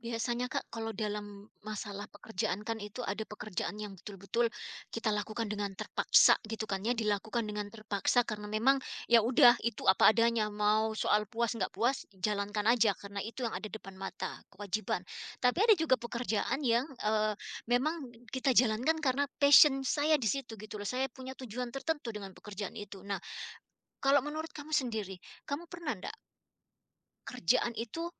Biasanya Kak, kalau dalam masalah pekerjaan kan itu ada pekerjaan yang betul-betul kita lakukan dengan terpaksa gitu kan ya, dilakukan dengan terpaksa karena memang ya udah itu apa adanya, mau soal puas nggak puas jalankan aja karena itu yang ada depan mata, kewajiban. Tapi ada juga pekerjaan yang memang kita jalankan karena passion saya di situ gitu loh. Saya punya tujuan tertentu dengan pekerjaan itu. Nah, kalau menurut kamu sendiri, kamu pernah ndak kerjaan itu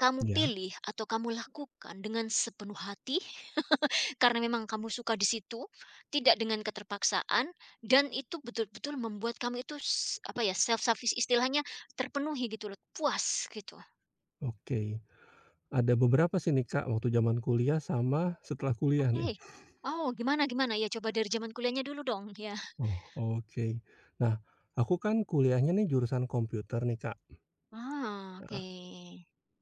kamu Ya, pilih atau kamu lakukan dengan sepenuh hati, karena memang kamu suka di situ, tidak dengan keterpaksaan, dan itu betul-betul membuat kamu itu apa ya, self service istilahnya terpenuhi gitu loh, puas gitu. oke. Ada beberapa sih nih, Kak, waktu zaman kuliah sama setelah kuliah nih. Oke. Oh, gimana gimana? Ya coba dari zaman kuliahnya dulu dong, ya. Oh, oke. Nah, aku kan kuliahnya nih jurusan komputer nih, Kak, Ah, oke. heeh.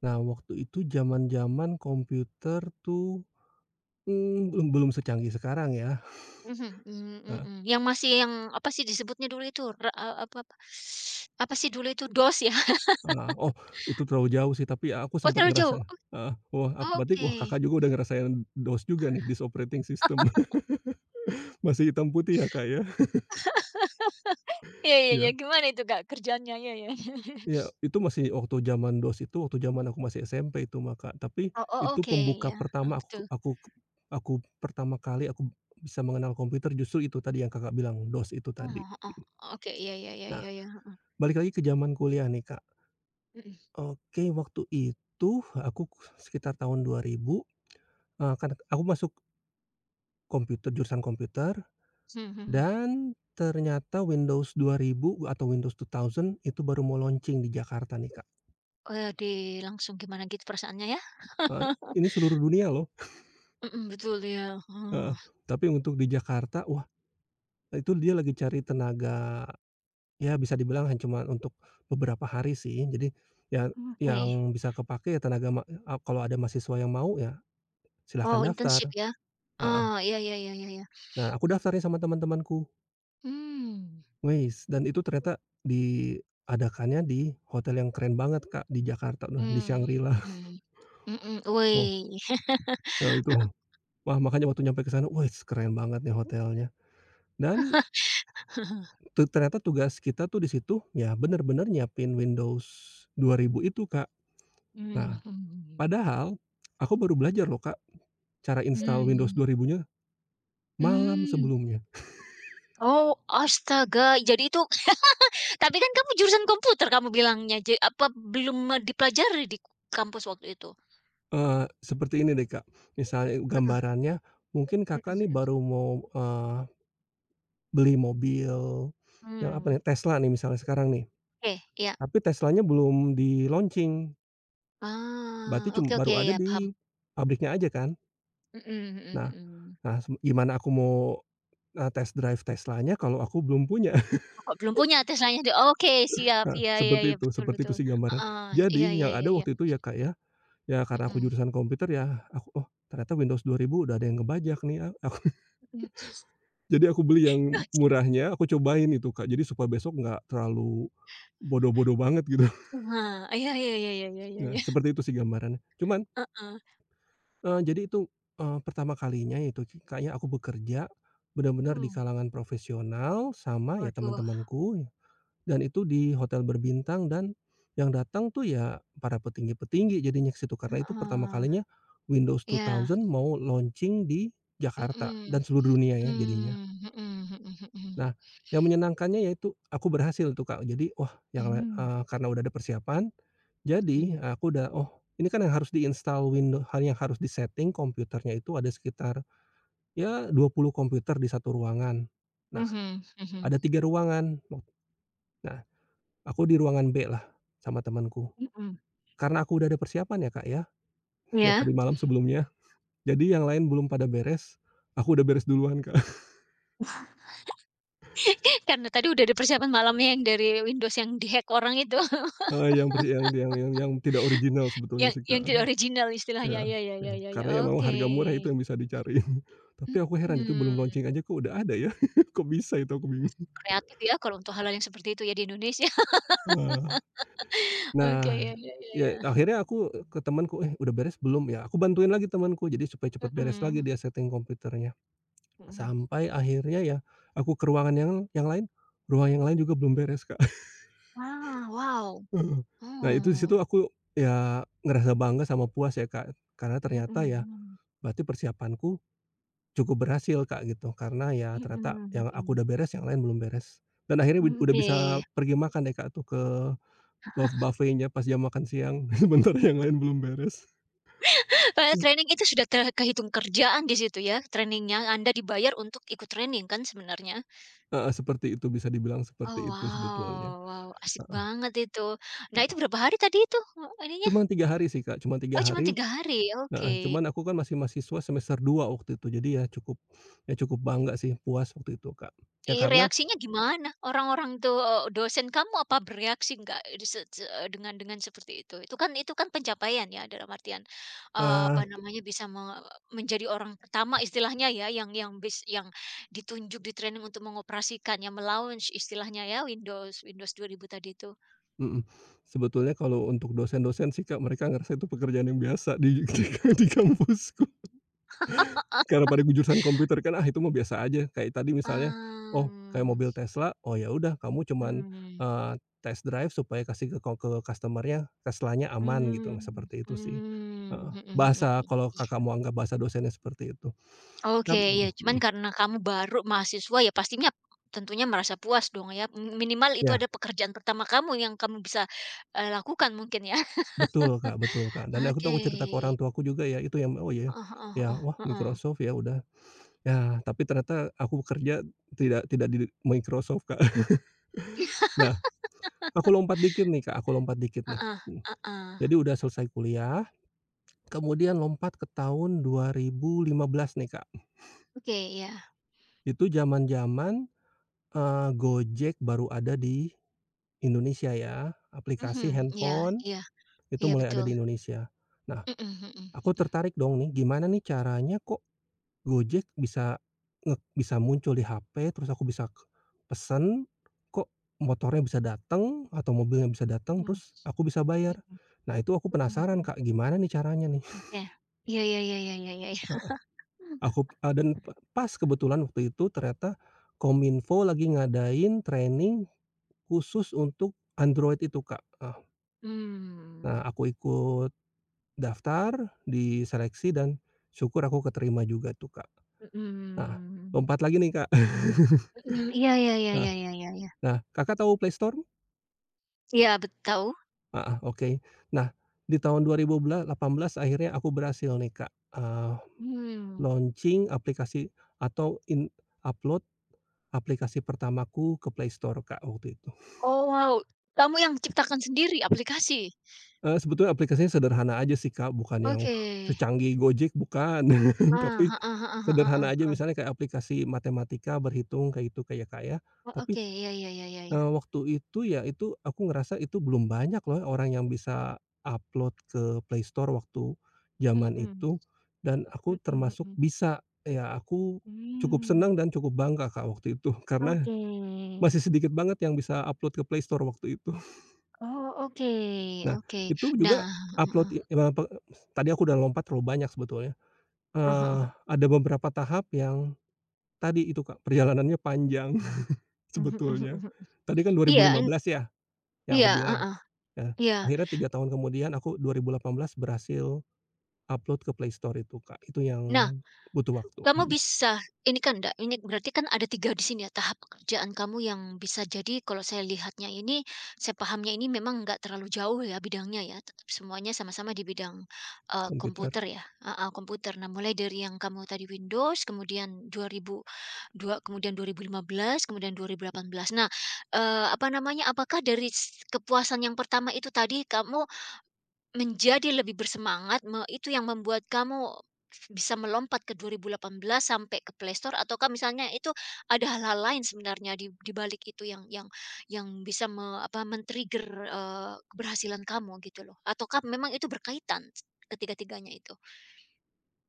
Nah, waktu itu zaman-zaman komputer tuh, belum belum secanggih sekarang ya, Mhm, mmm, heeh mhm. Yang masih yang apa sih disebutnya dulu itu, apa apa apa sih dulu itu, DOS ya? heeh. Oh, itu terlalu jauh sih, tapi aku Oh sempat terlalu ngerasa jauh? heeh, wah, aku berarti Oke. wah, Kakak juga udah ngerasain DOS juga nih, Disk Operating System. Masih hitam putih ya, Kak, ya? Iya iya iya, Iya. gimana itu Kak kerjanya. Iya iya. Ya itu masih waktu zaman DOS itu, waktu zaman aku masih SMP itu, Mbak, Kak. Tapi Oh oh, itu oke, pembuka ya, heeh, pertama betul. Aku pertama kali aku bisa mengenal komputer justru itu tadi yang Kakak bilang, DOS itu Oh, tadi. heeh, oke, iya iya iya Nah, iya iya, balik lagi ke zaman kuliah nih, Kak. mhm, Oke, waktu itu aku sekitar tahun 2000, kan aku masuk jurusan komputer mhm mhm. dan ternyata Windows 2000 atau Windows 2000 itu baru mau launching di Jakarta nih, Kak. Eee, di langsung gimana gitu perasaannya ya? Eee, ini seluruh dunia loh. Mhm, betul ya, heeh, Heeh, tapi untuk di Jakarta, wah itu dia lagi cari tenaga ya bisa dibilang cuma untuk beberapa hari sih. Jadi ya oke. yang bisa kepake ya tenaga kalau ada mahasiswa yang mau ya silahkan Oh, daftar, internship ya? heeh. Oh, iya iya iya iya iya. Nah aku daftarnya sama teman-temanku, Hmm weis dan itu ternyata diadakannya di hotel yang keren banget Kak di Jakarta, nah di hmm Shangri-La. mhm, mhm, Oh, wih, ya itu, wah makanya waktu nyampe ke sana, wes keren banget nih hotelnya dan ternyata tugas kita tuh di situ, ya bener-bener nyiapin Windows 2000 itu, Kak. mmm, Nah, mhm, padahal aku baru belajar loh, Kak, cara install Windows mmm, 2000-nya malam mmm. sebelumnya. Oh, astaga, jadi itu. Tapi kan kamu jurusan komputer kamu bilangnya, apa belum dipelajari di kampus waktu itu? Seperti ini deh, Kak, misalnya Heeh, gambarannya mungkin mhm Kakak nih mhm. baru mau, beli mobil yang Mmm, apa ya, Tesla nih misalnya sekarang nih, oke, iya. tapi Teslanya belum di-launching, Ah, berarti oke oke, baru ada iya paham. di pabriknya aja kan. Mhm mhm Nah mhm. nah, sem gimana aku mau, test drive Teslanya kalau aku belum punya? Oh, kok belum punya Teslanya oke, siap, Heeh, iya iya iya, betul seperti itu betul. sih gambaran. Heeh, Jadi iya iya yang iya ada iya, waktu itu ya, Kak, ya, ya karena aku mhm. jurusan komputer ya aku, "Oh ternyata Windows 2000 udah ada yang ngebajak nih," aku Mhm. jadi aku beli yang murahnya, aku cobain itu, Kak, jadi supaya besok nggak terlalu bodoh-bodoh banget gitu. Nah, iya iya iya iya iya iya Nah iya, seperti itu sih gambarannya. Cuman, heeh. Jadi itu, pertama kalinya itu sih, Kak, ya, aku bekerja benar-benar di Mmm, kalangan profesional sama ya waduh, teman-temanku. Dan itu di hotel berbintang dan yang datang tuh ya para petinggi-petinggi jadinya ke situ, karena itu pertama heeh, kalinya Windows iya, 2000 mau launching di Jakarta mhm, dan seluruh dunia ya jadinya. mmm, mhm mhm mhm. Nah, yang menyenangkannya yaitu aku berhasil tuh, Kak. Jadi, wah Mmm, karena udah ada persiapan, mhm, jadi aku udah, "Oh, ini kan yang harus di-install hal yang harus di-setting komputernya itu ada sekitar ya 20 komputer di satu ruangan. Nah, mhm mhm. ada 3 ruangan. Nah, aku di ruangan B lah sama temanku. Mhm, Karena aku udah ada persiapan ya, Kak, ya, yang iya. tadi malam sebelumnya. Jadi yang lain belum pada beres, aku udah beres duluan, Kak. Karena tadi udah ada persiapan malamnya yang dari Windows yang dihack orang itu, Heeh, yang per yang tidak original sebetulnya yang sih, yang Kak. tidak Ya, original istilahnya. iya Ya ya iya. ya ya ya, Karena ya memang oke. harga murah itu yang bisa dicari. Tapi aku heran itu belum Hmm. launching aja kok udah ada ya? Kok bisa itu aku bingung. Kreatif ya kalau untuk hal-hal yang seperti itu ya di Indonesia. Wah. Nah, Oke, ya ya ya ya ya. akhirnya aku ke temanku, "Eh, udah beres belum?" Ya aku bantuin lagi temanku, jadi supaya cepet beres lagi Mhm, dia setting komputernya. mhm. Sampai akhirnya ya aku ke ruangan yang lain, ruangan yang lain juga belum beres, Kak. Ah, wow. Heeh. Nah itu di situ Oh, aku ya ngerasa bangga sama puas ya Kak, karena mhm ternyata ya mhm. berarti persiapanku cukup berhasil Kak gitu, karena ya Mhm ternyata yang aku mhm. udah beres yang lain belum beres. Dan akhirnya udah Oke. bisa pergi makan deh Kak tuh ke buffet-nya pas jam makan siang, sementara yang lain belum beres. Mmm. training itu sudah kehitung kerjaan di situ ya. Trainingnya Anda dibayar untuk ikut training kan sebenarnya? Heeh, seperti itu bisa dibilang seperti Oh, itu sebetulnya, wow wow, asik banget itu. Nah, itu heeh. berapa hari tadi itu, ininya? Cuman 3 hari sih Kak, cuma tiga Oh, cuma hari 3 hari, heeh, oke. cuman aku kan masih mahasiswa semester 2 waktu itu, jadi ya cukup bangga sih, puas waktu itu Kak. Ya Eh karena reaksinya gimana? Orang-orang tuh, dosen kamu apa bereaksi nggak di se se eee, dengan seperti itu? Itu kan pencapaian ya dalam artian, apa Eee, namanya, bisa menjadi orang pertama istilahnya ya, yang ditunjuk, di-training untuk mengoperasikan, yang melaunch istilahnya ya, Windows Windows 2000 tadi itu. mhm. Sebetulnya kalau untuk dosen-dosen sih Kak, mereka ngerasa itu pekerjaan yang biasa di di kampusku. Karena pada jurusan komputer kan, ah itu mah biasa aja. Kayak tadi misalnya, oh kayak Mmm, mobil Tesla, oh ya udah kamu cuman, Hmm. Mhm. eee, test drive supaya kasih ke customer-nya, Tesla-nya aman gitu, nah, Mmm, seperti itu sih. mmm, Heeh. mhm mhm Bahasa mhm. kalau Kakak mau anggap bahasa dosennya seperti itu. Oke, Nah iya, mhm cuman mhm. karena kamu baru mahasiswa ya pastinya tentunya merasa puas dong ya, minimal itu Ya, ada pekerjaan pertama kamu yang kamu bisa, lakukan mungkin ya. betul Kak betul Kak. Dan aku tuh Oke, cerita ke orang tuaku juga ya, itu yang, oh ya heeh heeh heeh ya, wah heeh. Microsoft ya udah. Ya, tapi ternyata aku bekerja tidak tidak di Microsoft, Kak. Nah, aku lompat dikit nih, Kak, aku lompat dikit nih, Heeh mhm. heeh. Jadi udah selesai kuliah, kemudian lompat ke tahun 2015 nih, Kak. Oke, iya. Itu zaman-zaman, Gojek baru ada di Indonesia ya, Mhm, aplikasi iya handphone iya itu iya mulai ada betul. di Indonesia. Nah, Mhm aku mhm tertarik dong nih, gimana nih caranya kok Gojek bisa bisa muncul di HP, terus aku bisa pesen, kok motornya bisa dateng atau mobilnya bisa dateng, mhm mhm terus aku bisa bayar. Nah itu aku mhm penasaran, mhm. Kak, gimana nih caranya nih? Iya. Iya iya iya iya iya iya. Heeh, aku dan pas kebetulan waktu itu ternyata Kominfo lagi ngadain training khusus untuk Android itu, Kak, eh. Mmm, Nah aku ikut daftar, diseleksi dan syukur aku keterima juga tuh, Kak. Nah, mhm. lompat lagi nih, Kak. Mhm, iya iya iya Nah iya iya iya. nah, Kakak tahu Play Store? Iya, tahu. Heeh, oke. Nah, di tahun 2000 18 akhirnya aku berhasil nih, Kak, Mmm. launching aplikasi atau in upload aplikasi pertamaku ke Play Store, Kak, waktu itu. Oh, wow. Kamu yang ciptakan sendiri aplikasi? Sebetulnya aplikasinya sederhana aja sih, Kak, bukan yang Oke. secanggih Gojek, bukan. Ah, Tapi heeh heeh heeh heeh sederhana aja heeh. misalnya kayak aplikasi matematika, berhitung, kayak gitu, Kak, ya, Kak, ya. Oh, Tapi oke. Iya iya iya iya iya. Waktu itu ya itu aku ngerasa itu belum banyak loh orang yang bisa upload ke Playstore waktu zaman Mhm. itu, dan aku Mhm termasuk mhm. bisa. Ya aku cukup Mmm. senang dan cukup bangga Kak waktu itu karena Oke. masih sedikit banget yang bisa upload ke Playstore waktu itu. Oh, oke Nah oke. itu Nah, juga upload heeh. i eee, pe tadi aku udah lompat terlalu banyak sebetulnya. Heeh Eee, heeh. ada beberapa tahap yang tadi itu Kak perjalanannya panjang Mhm mhm sebetulnya. mhm. Tadi kan Iya, 2015 ya yang aku iya, bilang. heeh, Ya, iya. akhirnya 3 tahun kemudian aku 2018 berhasil upload ke Play Store itu, Kak. Itu yang Nah, butuh waktu, kamu mhm, bisa ini kan ndak ini berarti kan ada 3 di sini ya tahap pekerjaan kamu yang bisa jadi kalau saya lihatnya ini, saya pahamnya ini memang nggak terlalu jauh ya bidangnya ya, tetap semuanya sama-sama di bidang, komputer. komputer ya heeh, komputer. Nah, mulai dari yang kamu tadi Windows, kemudian 2002, kemudian 2015, kemudian 2018. Nah, apa namanya, apakah dari kepuasan yang pertama itu tadi kamu menjadi lebih bersemangat itu yang membuat kamu bisa melompat ke 2018 sampai ke playstore ataukah misalnya itu ada hal-hal lain sebenarnya di balik itu yang bisa apa, men-trigger, keberhasilan kamu gitu loh? Ataukah memang itu berkaitan ketiga-tiganya itu?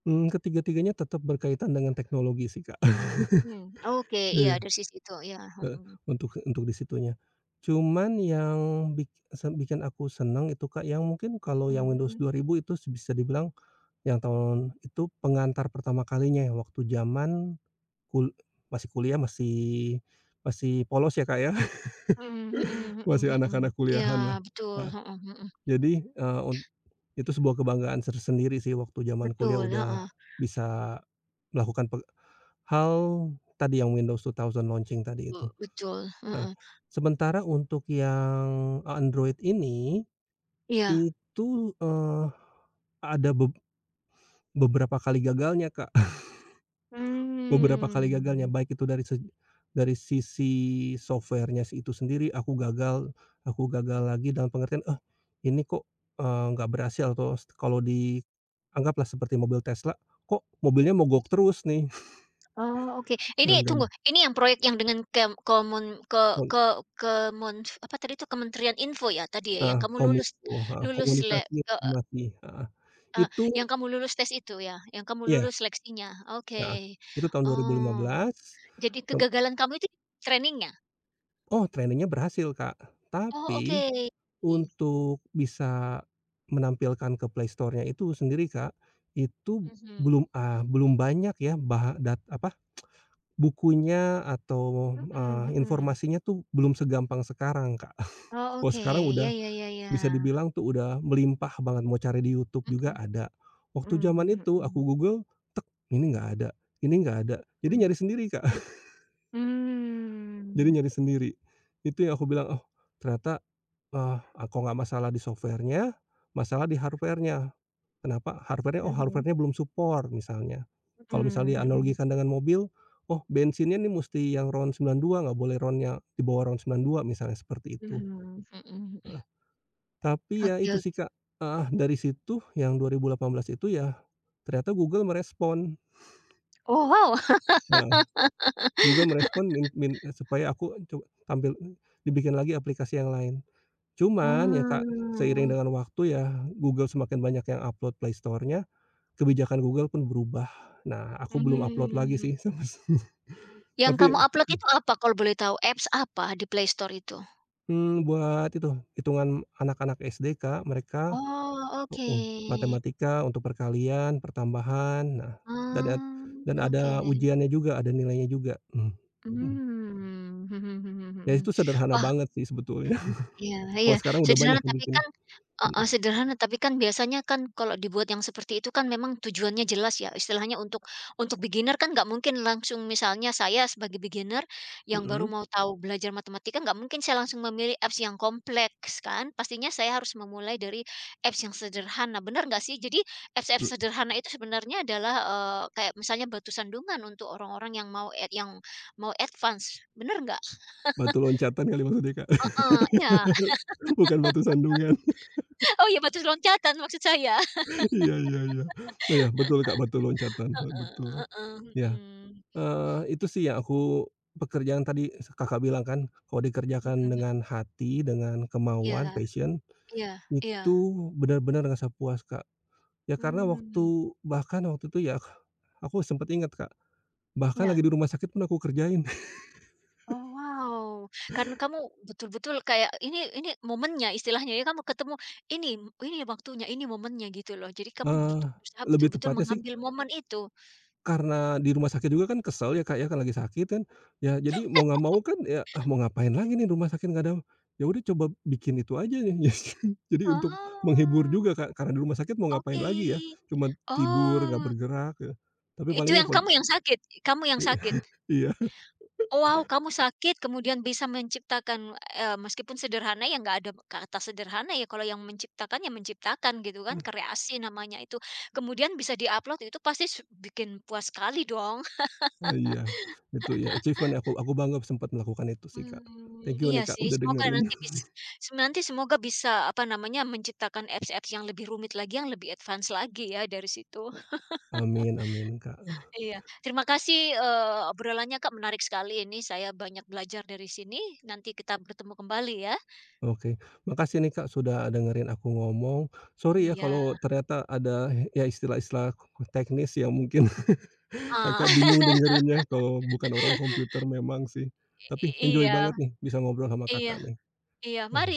Mmm, ketiga-tiganya tetap berkaitan dengan teknologi sih, Kak. Mmm, oke, iya Iya, dari sisi itu, iya, heeh, mhm. Untuk di situnya. Cuman yang bik bikin aku senang itu, Kak, yang mungkin kalau Mhm yang Windows mhm. 2000 itu bisa dibilang yang tahun itu pengantar pertama kalinya ya, waktu zaman kul masih kuliah, masih masih polos ya, Kak, ya, Mhm mhm masih mhm mhm. anak-anak Iya kuliahan lah. betul, heeh heeh. Jadi, eee, un itu sebuah kebanggaan tersendiri sih waktu zaman kuliah Betul, udah heeh, bisa melakukan hal tadi yang Windows 2000 launching tadi itu. betul, Nah, heeh. sementara untuk yang Android ini, Iya, itu, eee, ada beberapa kali gagalnya, Kak. Beberapa kali mmm. gagalnya, baik itu dari dari sisi software-nya itu sendiri, aku gagal lagi dalam pengertian, "Ah, ini kok, nggak berhasil," atau kalau di anggaplah seperti mobil Tesla, "Kok mobilnya mogok terus nih?" Oh, oke. Nah, Ini tunggu, gam ini yang proyek yang dengan kem komun kon ke kemun apa tadi itu Kementerian Info ya tadi ya yang heeh, kamu lulus kominfo, heeh, lulus le komunikasi e mati heeh. eee, Itu yang kamu lulus tes itu ya, yang kamu ya lulus seleksinya? heeh, Oke. itu tahun Oh, 2015, jadi kem kegagalan kamu itu trainingnya? oh, trainingnya berhasil, Kak, Oh, tapi oke. untuk bisa menampilkan ke Play Store-nya itu sendiri, Kak, itu Mhm, belum, ah, belum banyak ya baha dat apa, bukunya atau, mhm mhm. informasinya tuh belum segampang sekarang, Kak. Oh, Kalau oke. sekarang Ya udah ya ya ya. bisa dibilang tuh udah melimpah banget, mau cari di YouTube juga Mhm ada. Waktu zaman mhm itu mhm aku Google, tek, ini nggak ada ini nggak ada. Jadi mhm nyari sendiri, Kak, mhm. jadi Mmm. nyari sendiri. Itu yang aku bilang, "Oh, ternyata, eee, ah, nggak masalah di software-nya, masalah di hardware-nya." Kenapa hardware-nya, oh Mhm hardware-nya belum support misalnya. Kalau mhm misalnya mhm dianalogikan dengan mobil, oh bensinnya nih mesti yang RON 92, nggak boleh ron yang di bawah RON 92 misalnya seperti itu, mhm mhm mhm. heeh. Tapi Oke, ya itu ok. sih, Kak heeh, dari situ yang 2018 itu ya ternyata Google merespon, Oh, wow! heeh, Google merespon min min eh, supaya aku tampil dibikin lagi aplikasi yang lain. Cuman ya, Kak, seiring Mmm, dengan waktu ya Google semakin banyak yang upload Play Store-nya, kebijakan Google pun berubah. Nah, aku belum upload lagi mmm, sih sampai sini. yang kamu Tapi upload itu apa kalau boleh tahu? Apps apa di Play Store itu? mhm, buat itu, hitungan anak-anak SD, Kak, mereka Oh oke, mhm, matematika untuk perkalian, pertambahan, nah dan ad oh dan ada oke, ujiannya juga, ada nilainya juga. Mhm, mhm. mmm, mhm mhm mhm Ya mhm. itu sederhana Wah, banget sih sebetulnya. iya Kalau iya, sekarang udah jadi banyak yang tapi bikin. kan. Mhm, Heeh, sederhana, tapi kan biasanya kan kalau dibuat yang seperti itu kan memang tujuannya jelas ya, istilahnya untuk beginner kan nggak mungkin langsung misalnya saya sebagai beginner yang baru mhm, mau tahu belajar matematika, nggak mungkin saya langsung memilih apps yang kompleks kan. Pastinya saya harus memulai dari apps yang sederhana, bener nggak sih? Jadi apps-apps mhm. sederhana itu sebenarnya adalah, kayak misalnya batu sandungan untuk orang-orang yang mau ad yang mau advance, bener nggak? Batu loncatan kali maksudnya, Kak, Heeh, iya. bukan batu sandungan. Oh iya, batu loncatan maksud saya. Iya iya iya. Iya, betul, Kak, batu loncatan, heeh, betul. Heeh, Iya. mhm, Itu sih yang aku pekerjaan tadi Kakak bilang kan, kalau dikerjakan mhm. dengan hati, dengan kemauan, Iya passion, iya iya, itu benar-benar ngerasa puas, Kak. Ya karena mmm, bahkan waktu itu ya aku sempet ingat, Kak, bahkan lagi iya. di rumah sakit pun aku kerjain. Oh, wow, karena kamu betul-betul kayak ini momennya istilahnya ya, kamu ketemu, ini ini waktunya, ini momennya gitu loh. Jadi kamu Eee, berusaha lebih betul-betul tepatnya sih mengambil momen itu. karena di rumah sakit juga kan kesel ya, Kak, ya, kan lagi sakit kan, ya jadi mau nggak mau kan ya, ah, mau ngapain lagi nih rumah sakit nggak ada ya udah coba bikin itu aja nih jadi untuk menghibur Oh, juga, Kak, karena di rumah sakit mau ngapain oke. lagi ya, cuma tidur nggak Oh, bergerak ya, tapi itu palingnya yang kamu yang sakit? Kamu yang sakit? iya, Wow, kamu sakit kemudian bisa menciptakan, meskipun sederhana ya nggak ada kata sederhana ya kalau yang menciptakan ya menciptakan gitu kan, kreasi namanya itu. Kemudian bisa diupload itu pasti bikin puas sekali dong. ah, iya, itu ya achievement aku bangga sempat melakukan itu sih, Kak. Mmm, Thank you iya nih, Kak, sih udah semoga dengerin. nanti bisa nanti semoga bisa apa namanya, menciptakan apps-apps yang lebih rumit lagi, yang lebih advance lagi ya dari situ. Amin amin, Kak. Iya, terima kasih, obrolannya Kak menarik sekali ini, saya banyak belajar dari sini, nanti kita bertemu kembali ya. Oke, makasih nih Kak sudah dengerin aku ngomong. Sorry ya Iya, kalau ternyata ada ya istilah-istilah teknis yang mungkin Kakak heeh. bingung dengerinnya kalau bukan orang komputer memang sih. Tapi enjoy Iya banget nih bisa ngobrol sama Kakak iya nih. iya, mari. Oke.